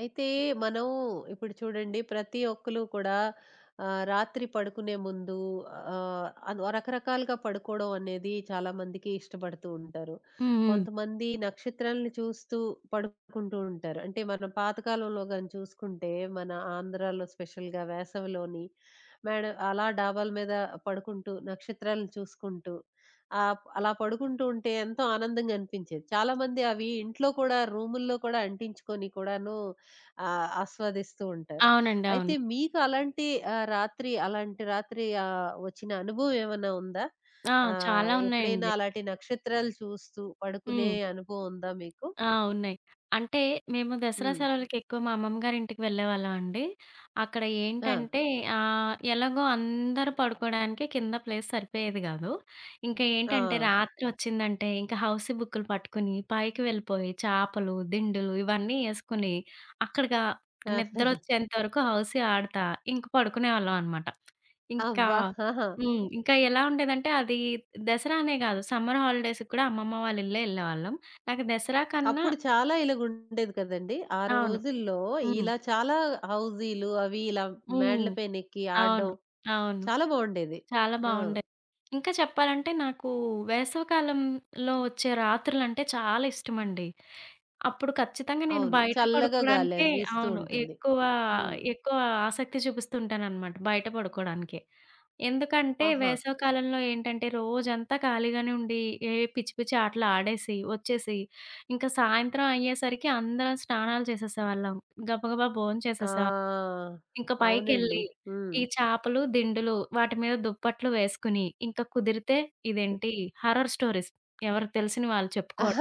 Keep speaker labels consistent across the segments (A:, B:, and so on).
A: అయితే మనం ఇప్పుడు చూడండి ప్రతి ఒక్కళ్ళు కూడా రాత్రి పడుకునే ముందు ఆహ్, అన్ రకరకాలుగా పడుకోవడం అనేది చాలా మందికి ఇష్టపడుతూ ఉంటారు.
B: హ్మ్. హ్మ్.
A: కొంతమంది నక్షత్రాలను చూస్తూ పడుకుంటూ ఉంటారు. అంటే మన పాతకాలంలో గాని చూసుకుంటే మన ఆంధ్రాలో స్పెషల్‌గా వేసవిలోని మేడ అలా డాబాల మీద పడుకుంటూ నక్షత్రాలను చూసుకుంటూ అలా పడుకుంటూ ఉంటే ఎంతో ఆనందంగా అనిపించేది. చాలామంది అవి ఇంట్లో కూడా రూముల్లో కూడా అంటించుకొని కూడాను ఆ! ఆస్వాదిస్తూ ఉంటారు.
B: అవునండి.
A: అయితే
B: అవును.
A: మీకు అలాంటి రాత్రి అలాంటి రాత్రి వచ్చిన అనుభవం ఏమన్నా ఉందా?
B: ఆ! చాలా
A: ఎప్పుడైనా
B: ఉన్నాయండి.
A: అలాంటి నక్షత్రాలు చూస్తూ పడుకునే
B: హ్మ్.
A: అనుభవం ఉందా మీకు?
B: ఆ! ఉన్నాయి. అంటే మేము దసరా
A: హ్మ్.
B: సెలవులకెక్కువ మా అమ్మమ్మ గారింటికి వెళ్ళేవాళ్ళమండి. అక్కడ
A: ఆ!
B: ఏంటంటే ఎలాగో అందరూ పడుకోవడానికి కింద ప్లేస్ సరిపోయేది గాదు. ఇంకా
A: ఆ!
B: ఏంటంటే రాత్రొచ్చిందంటే ఇంక హౌసీ బుక్కులు పట్టుకుని పైకి వెళ్ళిపోయి చేపలు, దిండులు ఇవన్నీ యేసుకుని అక్కడగా నిద్రొచ్చేంత వరకు హౌసీ ఆడతా ఇంక పడుకునేవాళ్ళం అనమాట.
A: ఆ!
B: ఇంకా
A: అబ్బా! ఆహా!
B: హ్మ్. ఇంకా ఎలా ఉండేదంటే అది దసరా అనే గాదు సమ్మర్ హాలిడేస్‌కి కూడా అమ్మమ్మ వాళ్ళ ఇల్లే యెళ్ళేవాళ్ళం. నాకు దసరా కన్నా
A: అప్పుడు చాలా ఇలాగుండేది కదండీ! ఆ
B: అవును.
A: రోజుల్లో
B: హ్మ్.
A: ఇలా చాలా హౌజీలు అవి ఇలా
B: హ్మ్.
A: మేడల పైనెక్కి
B: అవును.
A: ఆడడం
B: అవును.
A: చాలా బావుండేది.
B: చాలా
A: ఆ!
B: బావుండేది. ఇంకా చెప్పాలంటే నాకు వేసవికాలంలో వచ్చే రాత్రులంటే చాలా ఇష్టమండి. అప్పుడు ఖచ్చితంగా నేను
A: అవును.
B: బయట
A: చల్లగా
B: పడుకోవడానికే
A: గాలేసి వీస్తూ
B: అవును.
A: ఉంటుంది.
B: ఎక్కువ,
A: హ్మ్.
B: ఎక్కువ ఆసక్తి చూపిస్తుంటాననమాట బయట పడుకోవడానికే. ఎందుకంటే
A: ఆహా!
B: వేసవికాలంలో ఏంటంటే రోజంతా ఖాళీగానే ఉండి ఏ పిచ్చి పిచ్చి ఆటలు ఆడేసి, వచ్చేసి ఇంకా సాయంత్రం అయ్యేసరికి అందరం స్నానాలు చేసేసేవాళ్ళం. గబగబా భోంచేసేసేవాళ్ళం.
A: ఆ!
B: ఇంక
A: అవునండి.
B: పైకెళ్ళి
A: హ్మ్.
B: ఈ చేపలు, దిండులు వాటి మీద దుప్పట్లు వేసుకుని, ఇంక కుదిరితే ఇదేంటి హారర్ స్టోరీస్ ఎవరికి తెలిసిన వాళ్ళు చెప్పుకోవడం.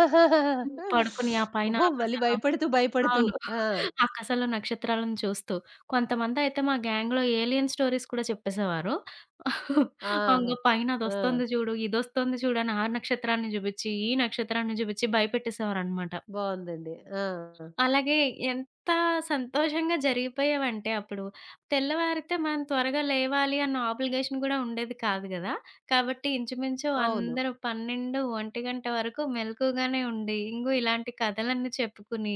B: హ్మ్. పడుకుని ఆ పైన
A: ఓహో! మళ్ళీ
B: ఆకాశంలో
A: భయపడుతూ, భయపడుతూ.
B: అవును.
A: ఆ!
B: ఆకాశంలో నక్షత్రాలను చూస్తూ. కొంతమందయితే మా గ్యాంగ్‌లో ఏలియన్ స్టోరీస్ కూడా చెప్పేసేవారు. ఇంగ
A: ఆహా!
B: పైన
A: ఆ!
B: అదొస్తుంది చూడు, ఇదొస్తుంది చూడు అని ఆ నక్షత్రాన్ని చూపిచ్చి, ఈ నక్షత్రాన్ని చూపిచ్చి భయపెట్టేసేవారనమాట.
A: బావుందండి. ఆ!
B: అలాగే ఎంత సంతోషంగా జరిగిపోయేవంటే అప్పుడు. తెల్లవారితే మనం త్వరగా లేవాలి అన్న ఆబ్లిగేషన్ గూడా ఉండేది కాదు గదా! కాబట్టి ఇంచుమించు
A: అవును.
B: అందరూ 12, 1 వరకు మెలకువగానే ఉండి, ఇంగో ఇలాంటి కథలన్నీ చెప్పుకుని,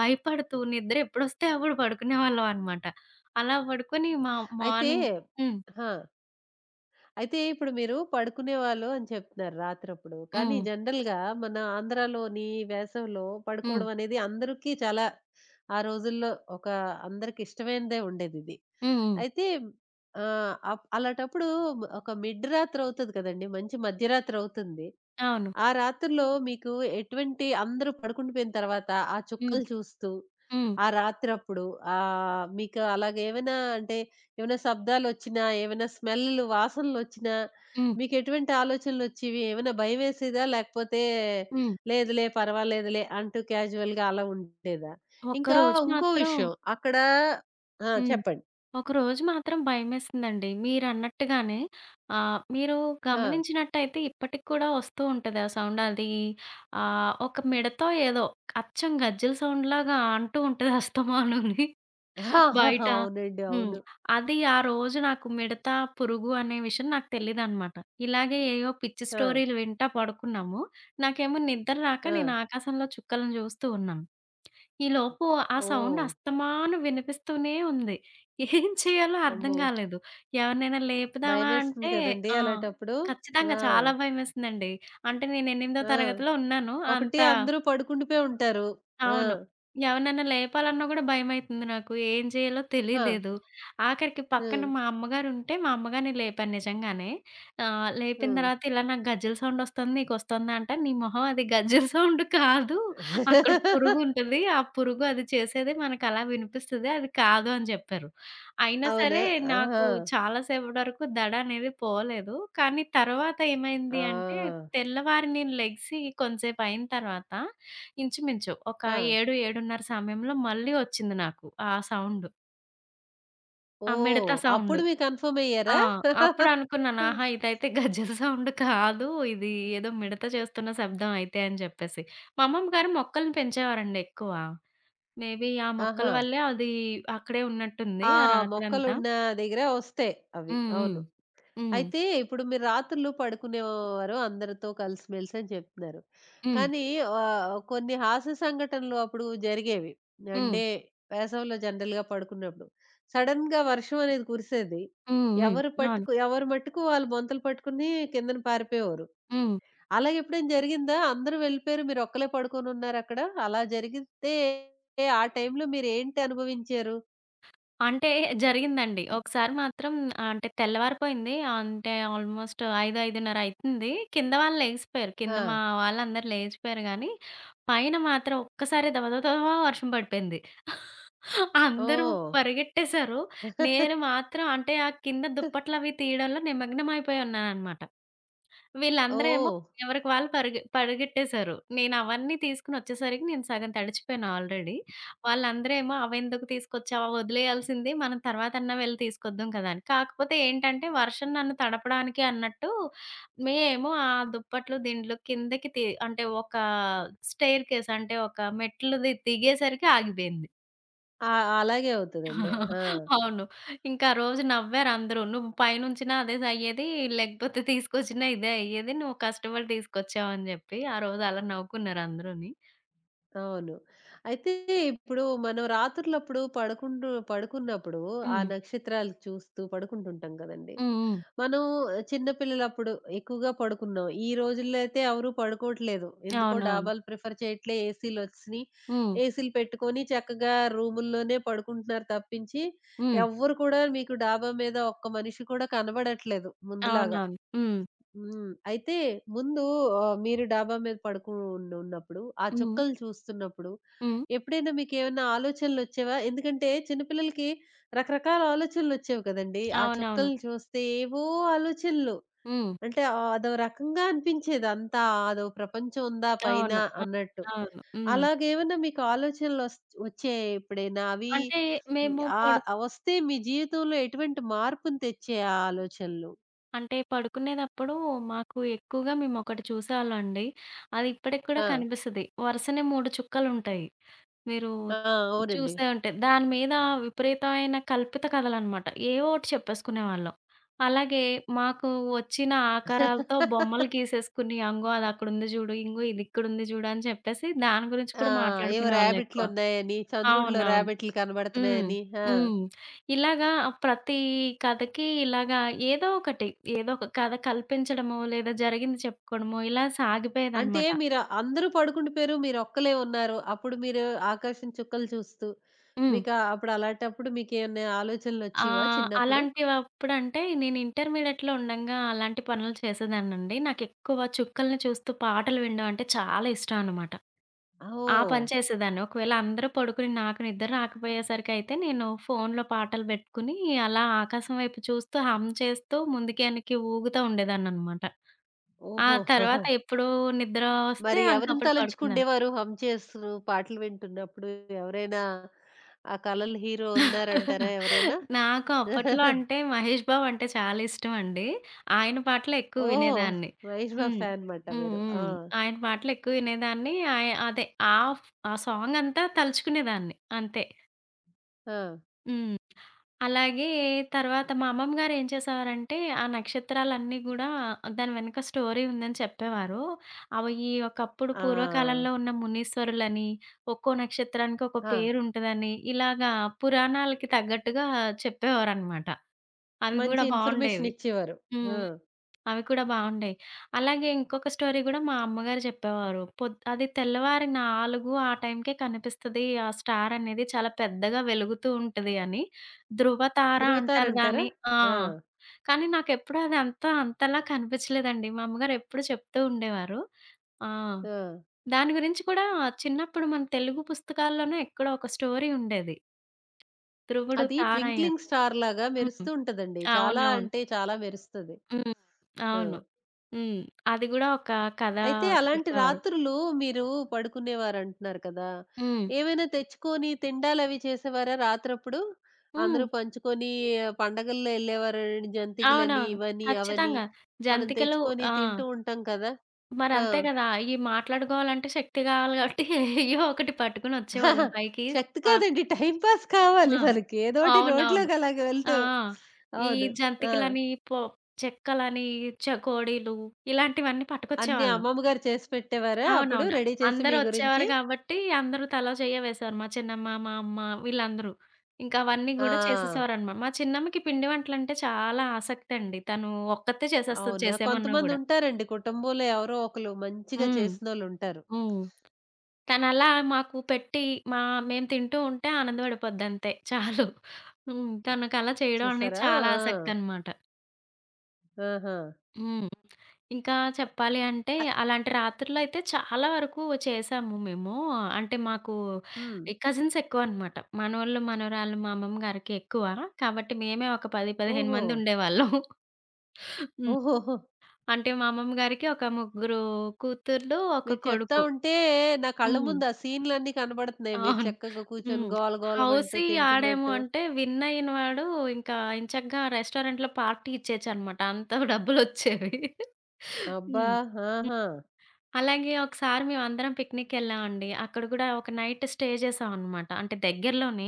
B: భయపడుతూ నిద్ర ఎప్పుడొస్తే అప్పుడు పడుకునేవాళ్ళం అనమాట. అలా పడుకొని మా
A: అయితే
B: మార్నింగ్ హ్మ్.
A: ఆ! అయితే ఇప్పుడు మీరు పడుకునేవాళ్ళు అని చెప్తున్నారు రాత్రప్పుడు. కానీ
B: హ్మ్.
A: జనరల్‌గా మన ఆంధ్రాలోని వేసవిలో
B: హ్మ్.
A: పడుకోవడం అనేది అందరికీ చాలా ఆ రోజుల్లో ఒక అందరికి ఇష్టమైనదే ఉండేదిది.
B: హ్మ్. హ్మ్.
A: అయితే ఆహ్, అప్ అలాంటప్పుడు ఒక మిడ్ రాత్రవుతది కదండీ! మంచి మధ్యరాత్రవుతుంది.
B: అవును.
A: ఆ రాత్రుల్లో మీకు ఎటువంటి అందరూ పడుకుండిపోయిన తర్వాత ఆ
B: హ్మ్.
A: చుక్కలు చూస్తూ,
B: హ్మ్.
A: ఆ రాత్రప్పుడు మీకు అలాగేమైనా అంటే ఏమైనా శబ్దాలొచ్చినా, ఏమైనా స్మెల్‌లు, వాసనలొచ్చినా
B: హ్మ్.
A: మీకెటువంటి ఆలోచనలొచ్చేవి? ఏమైనా భయమేసేదా? లేకపోతే
B: హ్మ్.
A: లేదులే పర్వాలేదులే అంటూ క్యాజువల్‌గా అలా ఉండేదా? ఇంకా
B: ఒక్కరోజు
A: ఉంకో
B: మాత్రం
A: విషయం అక్కడ ఆ!
B: హ్మ్.
A: చెప్పండి.
B: ఒకరోజు మాత్రం భయమేసిందండి. మీరన్నట్టుగానే మీరు
A: ఆ!
B: గమనించినట్టయితే ఇప్పటికి కూడా వస్తూ ఉంటది ఆ సౌండ్. అది ఒక మిడతో ఏదో అచ్చం గజ్జెల సౌండ్‌లాగా అంటూ ఉంటది అస్తమానుని బయట.
A: ఆహాహా, అవునండి.
B: హ్మ్.
A: అవును.
B: అది ఆ రోజు నాకు మిడత, పురుగు అనే విషయం నాకు తెలీదనమాట. ఇలాగే ఏయో పిచ్చి
A: ఆ!
B: స్టోరీలు వింటా పడుకున్నాము. నాకేమో నిద్ర రాక
A: ఆ!
B: నేను ఆకాశంలో చుక్కలను చూస్తూ ఉన్నాను. ఈలోపు ఆ సౌండ్
A: ఓహ్!
B: అస్తమాను వినిపిస్తూనే ఉంది. ఏం చేయాలో అర్థం
A: అమ్మో!
B: గాలేదు. ఎవరినైనా లేపుదామా
A: భయమేస్తుంది
B: అంటే
A: కదండీ!
B: ఆ!
A: అలాటప్పుడు.
B: ఖచ్చితంగా
A: ఆ!
B: చాలా భయమేసిందండి. అంటే నేను ఎనిమిదో
A: ఆ!
B: తరగతిలో ఉన్నాను.
A: ఒకటి
B: అంత
A: అందరూ పడుకుండిపోయి ఉంటారు. ఆ!
B: అవును. ఎవరినైనా లేపాలన్నా గూడా భయమైతుంది నాకు. ఏం చేయాలో
A: ఆ!
B: తెలియలేదు. ఆఖరికి పక్కన
A: హ్మ్.
B: మా అమ్మగారుంటే మా అమ్మగారిని లేపాను నిజంగానే. లేపిన
A: హ్మ్.
B: తర్వాత ఇలా నాకు గజ్జెల సౌండొస్తుంది నీకొస్తుందా అంటే, "నీ మొహం అది గజ్జెల సౌండ్ కాదు. అక్కడ పురుగు ఉంటది. ఆ పురుగు అది చేసేది మనకలా వినిపిస్తది. అది కాదు" అని చెప్పారు. అయినా
A: అవునా?
B: సరే
A: ఆహా!
B: నాకు చాలా సేపటి వరకు దడ అనేది పోలేదు. కానీ తర్వాత ఏమైంది అంటే
A: ఆ!
B: తెల్లవారి నేను లెగిసి కొంతసేపు అయిన తర్వాత ఇంచుమించు ఒక
A: ఆ!
B: 7, 7:30 సమయంలో మళ్ళీ వచ్చింది నాకు ఆ సౌండు. ఆ
A: ఓహ్!
B: మిడత సౌండు.
A: అప్పుడు మీరు కన్ఫర్మ్
B: ఆ!
A: అయ్యారా?
B: అప్పుడనుకున్నాను. ఆహా! ఇదైతే గజ్జెల సౌండ్ కాదు. ఇది ఏదో మిడత చేస్తున్న శబ్దం అయితే అని చెప్పేసి. మా అమ్మమ్మ గారు మొక్కల్ని పెంచేవారండి ఎక్కువ. మేబీ ఆ మొక్కల
A: ఆహా!
B: వల్లే అది అక్కడే ఉన్నట్టుంది
A: ఆ!
B: ఆ రాత్రంతా.
A: మొక్కలున్న దగ్గర వస్తాయి అవి.
B: హ్మ్. హ్మ్.
A: అవును.
B: హ్మ్.
A: అయితే ఇప్పుడు మీరు రాత్రులు పడుకునేవారు అందరితో కలిసిమెలిసి అని చెప్తున్నారు.
B: హ్మ్.
A: కానీ కొన్ని హాస్య సంఘటనలు అప్పుడు జరిగేవి.
B: హ్మ్.
A: అంటే వేసవిలో జనరల్‌గా పడుకున్నప్పుడు. సడెన్‌గా వర్షం అనేది కురిసేది.
B: హ్మ్. హ్మ్.
A: ఎవరు
B: అవును.
A: పట్టుకు ఎవరి మట్టుకు వాళ్ళు బొంతలు పట్టుకుని కిందన పారిపోయేవారు.
B: హ్మ్.
A: అలా ఎప్పుడైనా జరిగిందా? అందరూ వెళ్ళిపోయారు. మీరు ఒక్కలే పడుకొనున్నారక్కడ. అలా జరిగితే ఆ టైంలో మీరేంటి అనుభవించారు?
B: అంటే జరిగిందండి. ఒకసారి మాత్రం అంటే తెల్లవారిపోయింది. అంటే ఆల్మోస్ట్ 5, 5:30 అయితుంది. కింద వాళ్ళు లెగిసిపోయారు. కింద మా
A: ఆ!
B: వాళ్ళందరూ లేచిపోయారు గానీ, పైన మాత్రం ఒక్కసారి దబ దబ దబా వర్షం పడిపోయింది. అందరూ
A: ఓహ్!
B: పరిగెట్టేశారు. నేను మాత్రం అంటే ఆ కింద
A: ఓహ్!
B: దుప్పట్లవి తీయడంలో నిమగ్నమైపోయి ఉన్నాననమాట. వీళ్ళందరేమో ఎవరికి వాళ్ళు పరుగె పరిగెట్టేశారు. నేనవన్నీ తీసుకొనొచ్చేసరికి నేను సగం తడిచిపోయాను ఆల్రెడీ. వాళ్ళందరేమో అవెందుకు తీసుకొచ్చావు? వదిలేయాల్సింది మనం తర్వాతన్నా వెళ్లి తీసుకొద్దాం కదా! అని. కాకపోతే ఏంటంటే వర్షం నన్ను తడపడానికి అన్నట్టు మేము ఆ దుప్పట్లు, దిండ్లు కిందకి తి అంటే ఒక స్టెయిర్‌కేస్ అంటే ఒక మెట్లుది దిగేసరికి ఆగిపోయింది.
A: ఆ! అలాగే అవుతదండి. ఆ!
B: అవును. ఇంకా ఆ రోజు నవ్వారందరూ. "నువ్వు పైనుంచినా అదే అయ్యేది, లేకపోతే తీసుకొచ్చినా ఇదే అయ్యేది. నువ్వు కష్టపడి తీసుకొచ్చావని" జెప్పి ఆ రోజు అలా నవ్వుకున్నారు అందరూని.
A: అవును. అయితే ఇప్పుడు మనం రాత్రులప్పుడు పడుకున్నప్పుడు ఆ
B: హ్మ్.
A: నక్షత్రాలు చూస్తూ పడుకుంటుంటాం కదండీ!
B: హ్మ్. హ్మ్.
A: మనం చిన్న పిల్లలప్పుడు ఎక్కువగా పడుకున్నాం. ఈ రోజుల్లో అయితే ఎవరు పడుకోవట్లేదు. ఎందుకో
B: అవునవును.
A: డాబాలు ప్రిఫర్ చేయట్లే. ఏసీలొచ్చినియి.
B: హ్మ్.
A: ఏసీలు పెట్టుకొని చక్కగా రూముల్లోనే పడుకుంటున్నారు తప్పించి
B: హ్మ్.
A: ఎవ్వరు కూడా మీకు డాబా మీద ఒక్క మనిషి కూడా కనబడట్లేదు ముందులాగా.
B: అవునవును. హ్మ్.
A: హ్మ్. అయితే ముందు మీరు డాబా మీద ఉన్నప్పుడు, ఆ
B: హ్మ్.
A: చుక్కలు చూస్తున్నప్పుడు
B: హ్మ్.
A: ఎప్పుడైనా మీకేమన్నా ఆలోచనలొచ్చేవా? ఎందుకంటే చిన్న పిల్లలకి రకరకాల ఆలోచనలొచ్చేవి కదండీ! ఆ
B: అవునవును.
A: చుక్కల్ని చూస్తే ఏవో ఆలోచనలు.
B: హ్మ్.
A: అంటే అదో రకంగా అనిపించేది అంతా. అదో ప్రపంచం ఉందా పైన
B: అవును. అ
A: అన్నట్టు.
B: అవును. హ్మ్.
A: అలాగేమన్నా మీకు వచ్చాయా ఎప్పుడైనా? అవి
B: అంటే
A: హ్మ్.
B: మేము పడు
A: వస్తే మీ జీవితంలో ఎటువంటి మార్పుని తెచ్చాయి ఆ ఆలోచనలు?
B: అంటే పడుకునేదప్పుడు మాకు ఎక్కువగా మేమొకటి చూసేవాళ్ళమండి. అది ఇప్పటికి కూడా
A: ఆ!
B: కనిపిస్తది. వరుసనే 3 చుక్కలుంటాయి. మీరు
A: ఆ! అవునండి.
B: చూసే ఉంటారు. దాని మీద విపరీతమైన కల్పిత కథలనమాట. ఏవో ఒకటి చెప్పేసుకునేవాళ్ళం. అలాగే మాకు వచ్చిన ఆకారాలతో బొమ్మలు గీసేసుకుని, అంగో అది అక్కడుంది జూడు, ఇంగో ఇది ఇక్కడుంది జూడు అని చెప్పేసి దాని గురించి
A: ఆ!
B: కూడా
A: ఏవో
B: మాట్లాడుకునేవాళ్ళం ఎక్కువ.
A: రాబిట్‌లున్నాయని, చంద్రుడిలో
B: అవునవును.
A: రాబిట్‌లు
B: హ్మ్.
A: కనబడుతున్నాయని. ఆ!
B: హ్మ్. ఇలాగా ప్రతి కథకి ఇలాగా ఏదో ఒకటి, ఏదో ఒక కథ కల్పించడమో, లేదా జరిగింది చెప్పుకోవడమో ఇలా
A: అంటే
B: సాగిపోయేదనమాట.
A: మీరు అందరూ పడుకుండిపోయారు. మీరొక్కలే ఉన్నారు. అప్పుడు మీరు ఆకాశం చుక్కలు చూస్తూ
B: హ్మ్.
A: మీకా అప్పుడు అలాంటప్పుడు మీకేమన్నా
B: ఆ!
A: ఆలోచనలొచ్చేవా చిన్నప్పుడు?
B: అలాంటివప్పుడంటే నేను ఇంటర్మీడియేట్‌లో ఉండంగా అలాంటి పనులు చేసేదాన్నండి. నాకెక్కువ చుక్కల్ని చూస్తూ పాటలు వినడం అంటే చాలా ఇష్టం అనమాట. ఆ
A: ఓహ్!
B: పని చేసేదాన్ని. ఒకవేళ అందరూ పడుకుని నాకు నిద్ర రాకపోయేసరికయితే నేను ఫోన్‌లో పాటలు పెట్టుకుని అలా ఆకాశం వైపు చూస్తూ హమ్ చేస్తూ ముందుకి వెనక్కి ఊగుతా ఉండేదాన్ననమాట. ఆ
A: ఓహో!
B: తర్వాత ఎప్పుడూ నిద్ర వస్తే
A: మరి ఎవరిని
B: ఇంకప్పుడు పడుకునేదాన్ని.
A: తలంచుకుండేవారు హమ్ చేస్తూ పాటలు వింటున్నప్పుడు? ఎవరైనా ఆ కలల హీరో ఉన్నారంటారా ఎవరైనా?
B: నాకు అప్పట్లో అంటే 'మహేష్ బాబు' అంటే చాలా ఇష్టమండి. ఆయన పాటలే ఎక్కువ
A: ఓహ్!
B: వినేదాన్ని.
A: మహేష్ బాబు
B: హ్మ్.
A: ఫ్యాన్ మాట
B: హ్మ్.
A: మీరు.
B: హ్మ్.
A: ఆ!
B: ఆయన పాటలు ఎక్కువ వినేదాన్ని. ఆయ అదే ఆ ఆ సాంగ్ అంతా తలుచుకునేదాన్ని అంతే.
A: ఆ!
B: హ్మ్. అలాగే తర్వాత మా అమ్మమ్మ గారు ఏం చేసేవారంటే, ఆ నక్షత్రాలన్నీ గూడా దాని వెనక స్టోరీ ఉందని చెప్పేవారు. అవి ఈ ఒకప్పుడు
A: ఆ!
B: పూర్వకాలంలో ఉన్న మునీశ్వరులని, ఒక్కో నక్షత్రానికి ఒక
A: ఆ!
B: పేరుంటదని, ఇలాగా పురాణాలకి తగ్గట్టుగా చెప్పేవారనమాట. అవి
A: మంచి
B: గూడా
A: ఇన్ఫర్మేషన్
B: బావుండేవి.
A: ఇచ్చేవారు. ఆ!
B: హ్మ్. అవి కూడా బావుండేయి. అలాగే ఇంకొక స్టోరీ గూడా మా అమ్మగారు జెప్పేవారు. పొద్ అది తెల్లవారి 4 ఆ టైంకే కనిపిస్తది. ఆ స్టార్ అనేది చాలా పెద్దగా వెలుగుతూ ఉంటది అని. ధృవతార అంటారు
A: ధృవతారంటారా?
B: దాన్ని. ఆ!
A: ఆ!
B: కానీ నాకెప్పుడు అది అంత అంతలా కనిపించలేదండి. మా అమ్మగారు ఎప్పుడు చెప్తూ ఉండేవారు. ఆ!
A: ఆ!
B: దాని గురించి కూడా చిన్నప్పుడు మన తెలుగు పుస్తకాల్లోనే ఎక్కడో ఒక స్టోరీ ఉండేది. ధ్రువుడు
A: అది
B: తారయ్యారు.
A: ట్వింక్లింగ్ స్టార్‌లాగా మెరుస్తూ
B: హ్మ్.
A: ఉంటదండి. చాలా
B: అవునవును.
A: అంటే చాలా మెరుస్తది.
B: హ్మ్.
A: ఆ!
B: అవును. హ్మ్. అది గూడా ఒక కథ
A: అయితే అలాంటి
B: చెప్పేవారు.
A: రాత్రులు మీరు పడుకునేవారంటున్నారు కదా!
B: హ్మ్.
A: ఏమైనా తెచ్చుకొని తిండాలవి చేసేవారా రాత్రప్పుడు? అందరూ
B: హ్మ్.
A: పంచుకొని పండగల్లో ఎళ్ళేవారు జంతికలని,
B: అవునవును.
A: ఇవని, అవని.
B: ఖచ్చితంగా.
A: మనం
B: జంతికలు
A: తెచ్చుకొని
B: ఆ!
A: తింటూ ఉంటాం కదా! ఆ!
B: మరంతే గదా! ఇయి మాట్లాడుకోవాలంటే శక్తి గావాలి గాబట్టి ఏయ్యో ఒకటి
A: ఆహా!
B: పట్టుకొనొచ్చేవాళ్ళం పైకి.
A: శక్తి
B: ఆ!
A: కాదండి. టైమ్ పాస్ కావాలి
B: ఆ!
A: మనకి. ఏదోటి
B: అవునవును.
A: నోట్లోకి అలాగ
B: ఆ!
A: వెళ్తూ.
B: ఈ
A: అవును. ఆ!
B: జంతికలని, పొ చెక్కలని, చకోడీలు ఇలాంటివన్నీ
A: అన్నీ
B: పట్టుకొచ్చేవాళ్ళం.
A: అమ్మమ్మ గారు చేసి పెట్టేవారా అప్పుడు
B: అవునవును.
A: రెడీ చేసి మీ
B: అందరొచ్చేవారు
A: గురించి?
B: గాబట్టి, అందరూ తలో చెయ్య వేశారు. మా చిన్నమ్మ, మా అమ్మ వీళ్ళందరూ. ఇంకా అవన్నీ గూడా
A: ఆ!
B: చేసేసేవారనమాట. మా చిన్నమ్మకి పిండి వంటలంటే చాలా ఆసక్తండి. తను ఒక్కతే చేసేస్తది
A: అవునా!
B: చేసేమన్నా గూడా.
A: కొంతమందుంటారండి కుటుంబంలో ఎవరో ఒకళ్ళు మంచిగా
B: హ్మ్.
A: చేసినోళ్ళుంటారు.
B: హ్మ్. తనలా మాకు పెట్టి మా మేము తింటూ ఉంటే ఆనందపడిపోద్దంతే చాలు. హ్మ్. తనకలా చేయడం అనేది
A: చూసారా?
B: చాలా
A: ఆ!
B: ఆసక్తనమాట.
A: ఆహా!
B: హ్మ్. ఇంకా చెప్పాలి అంటే,
A: అ
B: అలాంటి రాత్రుల్లో అయితే చాలా వరకు చేశాము మేము. అంటే మాకు
A: హ్మ్.
B: ఈ కజిన్స్ ఎక్కువనమాట. మనోళ్ళు, మనవరాళ్ళు మా అమ్మమ్మ గారికి ఎక్కువ. కాబట్టి మేమే ఒక 10, 15
A: ఓహో!
B: మంది ఉండేవాళ్ళం. హ్మ్.
A: ఓహోహో!
B: అంటే మా అమ్మమ్మ గారికి ఒక ముగ్గురు కూతుర్లు, ఒక
A: మీరు చెప్తా
B: కొడుకు.
A: ఉంటే నా కళ్ళ
B: హ్మ్.
A: ముందు ఆ సీన్‌లన్నీ కనబడుతున్నాయి. మీరు
B: అవును.
A: చక్కగా కూర్చొని
B: హ్మ్.
A: గోల గోలమంటూ
B: హౌసీ ఆడాము
A: తింటున్నట్టు.
B: అంటే విన్ అయిన వాడు ఇంకా ఎంచక్కా రెస్టారెంట్‌లో పార్టీ ఇచ్చేయొచ్చనమాట. అంత డబ్బులొచ్చేవి.
A: అబ్బా!
B: హ్మ్.
A: ఆహా!
B: అలాగే ఒకసారి మేమందరం పిక్నిక్‌కెళ్ళామండి. అక్కడ గూడా ఒక నైట్ స్టే చేశామనమాట. అంటే దగ్గరలోనే,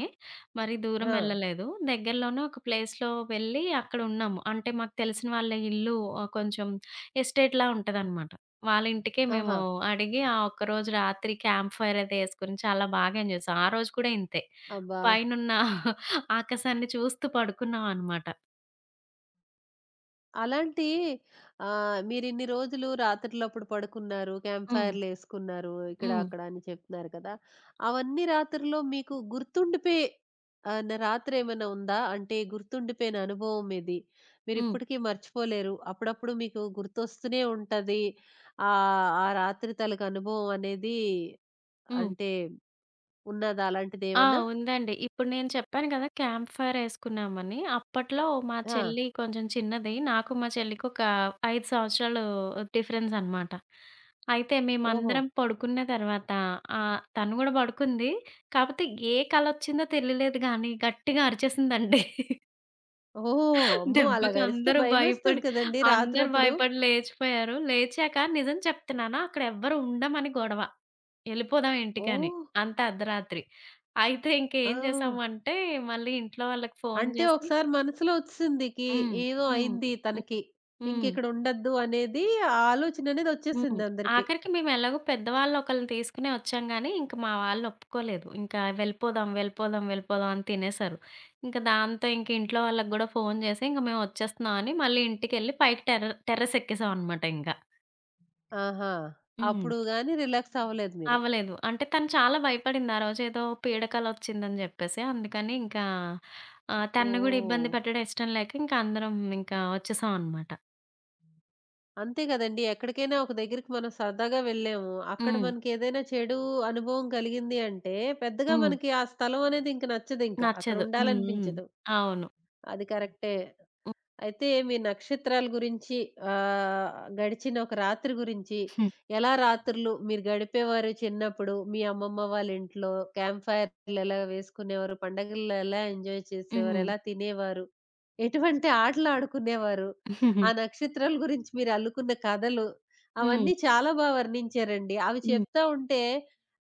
B: మరీ దూరం
A: ఆ!
B: వెళ్ళలేదు. దగ్గరలోనే ఒక ప్లేస్‌లో వెళ్ళి అక్కడున్నాము. అంటే మాకు తెలిసిన వాళ్ళ ఇల్లు కొంచెం ఎస్టేట్‌లా ఉంటదనమాట. వాళ్ళ ఇంటికే మేము
A: ఆహా!
B: అడిగి ఆ ఒక్కరోజు రాత్రి క్యాంప్ ఫైర్ అది యేసుకొని చాలా బాగా ఎంజాయ్ చేసాం. ఆ రోజు కూడా ఇంతే.
A: అబ్బా!
B: పైనున్న ఆకాశాన్ని చూస్తూ పడుకున్నామనమాట.
A: అలాంటి మీరిన్ని రోజులు రాత్రులప్పుడు పడుకున్నారు. క్యాంప్
B: హ్మ్.
A: ఫైర్‌లేసుకున్నారు. ఇక్కడ,
B: హ్మ్.
A: అక్కడ అని చెప్తున్నారు కదా! అవన్నీ రాత్రుల్లో మీకు గుర్తుండిపోయే ఆహ్, న రాత్రేమైనా ఉందా? అంటే గుర్తుండిపోయిన అనుభవం ఇది.
B: హ్మ్.
A: మీరిప్పటికీ మర్చిపోలేరు. అప్పుడప్పుడు మీకు గుర్తొస్తూనే ఉంటది. ఆ రాత్రి తాలూకు అనుభవం అనేది
B: హ్మ్.
A: అంటే ఉన్నదా
B: ఆ!
A: అలాంటిదేమన్నా?
B: ఉందండి. ఇప్పుడు నేను చెప్పాను కదా! క్యాంప్ ఫైర్ ఏసుకున్నామని. అప్పట్లో మా
A: ఆ!
B: చెల్లి కొంచెం చిన్నది. నాకు మా చెల్లికి ఒక 5 సంవత్సరాలు డిఫరెన్స్ అనమాట. అయితే
A: ఓహో!
B: మేమందరం పడుకున్న తర్వాత తను గూడా పడుకుంది. కాపోతే ఏ కలొచ్చిందో తెలియలేదు గానీ గట్టిగా అరిచేసిందండి.
A: ఓహ్! అమ్మో!
B: దెబ్బకి
A: అలాగరిస్తే
B: అందరూ
A: భయమేస్తది
B: భయపడి
A: కదండీ రాత్రప్పుడు.
B: లేచిపోయారు. లేచాక నిజం చెప్తున్నాను అక్కడ ఎవ్వరు ఉండమని గొడవ. ఎళ్ళిపోదాం ఇంటికని.
A: ఓహ్!
B: అంత అర్ధరాత్రి. అయితే
A: ఆ!
B: ఇంకేం చేసామంటే మళ్ళీ ఇంట్లో వాళ్ళకి ఫోను
A: అంటే
B: చేసి
A: ఒకసారి మనసులో ఒచ్చేసిందికి
B: హ్మ్.
A: ఏదో
B: హ్మ్.
A: అయింది తనకి.
B: హ్మ్.
A: ఇంకిక్కడ ఉండొద్దు అనేది ఆ ఆలోచననేది
B: హ్మ్.
A: ఒచ్చేసింది అందరికి.
B: ఆఖరికి మేమెలాగో పెద్దవాళ్ళు ఒకళ్ళని తీసుకునే వచ్చాం గానీ, ఇంక మా వాళ్ళు ఒప్పుకోలేదు. ఇంకా వెళ్ళిపోదాం, వెళ్ళిపోదాం, వెళ్ళిపోదాం అని తినేసారు. ఇంక దాంతో ఇంక ఇంట్లో వాళ్ళకి గూడా ఫోను చేసి, ఇంక మేమొచ్చేస్తున్నాం అని మళ్ళీ ఇంటికెళ్ళి పైకి టెర్రస్ ఎక్కేసామనమాట ఇంక.
A: ఆహా!
B: హ్మ్.
A: అప్పుడు గాని రిలాక్స్ అవ్వలేదు మీరు.
B: అవ్వలేదు. అంటే తను చాలా భయపడింది. ఆ రోజేదో పీడకలొచ్చిందని జెప్పేసి. అందుకని ఇంకా తనని గూడా
A: ఓహ్!
B: ఇబ్బంది పెట్టడం ఇష్టం లేక ఇంక అందరం ఇంకా వచ్చేసామనమాట.
A: అంతే గదండీ. ఎక్కడికైనా ఒక దగ్గరికి మనం సరదాగా వెళ్ళాము. అక్కడ
B: హ్మ్.
A: మనకేదైనా చెడు అనుభవం కలిగింది అంటే పెద్దగా
B: హ్మ్.
A: మనకి ఆ స్థలం అనేది ఇంక నచ్చదింక. అక్కడ
B: నచ్చదు. హ్మ్. హ్మ్.
A: ఉండాలనిపించదు.
B: అవును.
A: అది కరెక్టే. అయితే మీ నక్షత్రాల గురించి ఆహ్, గడిచిన ఒక రాత్రి గురించి,
B: హ్మ్.
A: ఎలా రాత్రులు మీరు గడిపేవారు చిన్నప్పుడు? మీ అమ్మమ్మ వాళ్ళ ఇంట్లో క్యాంప్ ఫైర్‌లు ఎలా వేసుకునేవారు? పండగల్లో ఎలా ఎంజాయ్ చేసేవారు? ఎలా తినేవారు? ఎటువంటి ఆటలు ఆడుకునేవారు?
B: హ్మ్.
A: ఆ నక్షత్రాల గురించి మీరు అల్లుకున్న కథలు,
B: హ్మ్.
A: అవన్నీ చాలా బాగా వర్ణించారండి. అవి
B: హ్మ్.
A: చెప్తా ఉంటే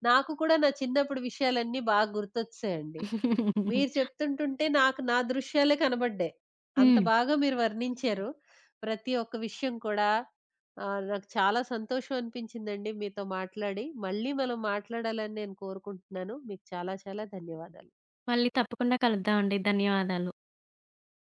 A: నాకు కూడా నా చిన్నప్పుడు విషయాలన్నీ బాగా గుర్తొచ్చాయండి. మీరు చెప్తుంటుంటే నాకు నా దృశ్యాలే కనబడ్డాయి. అంత
B: హ్మ్.
A: బాగా మీరు వర్ణించారు. ప్రతి ఒక్క విషయం కూడా నాకు చాలా సంతోషం అనిపించిందండి మీతో మాట్లాడి. మళ్ళీ మనం మాట్లాడాలని నేను కోరుకుంటున్నాను. మీకు చాలా చాలా ధన్యవాదాలు.
B: మళ్ళీ తప్పకుండా కలుద్దామండి. ధన్యవాదాలు.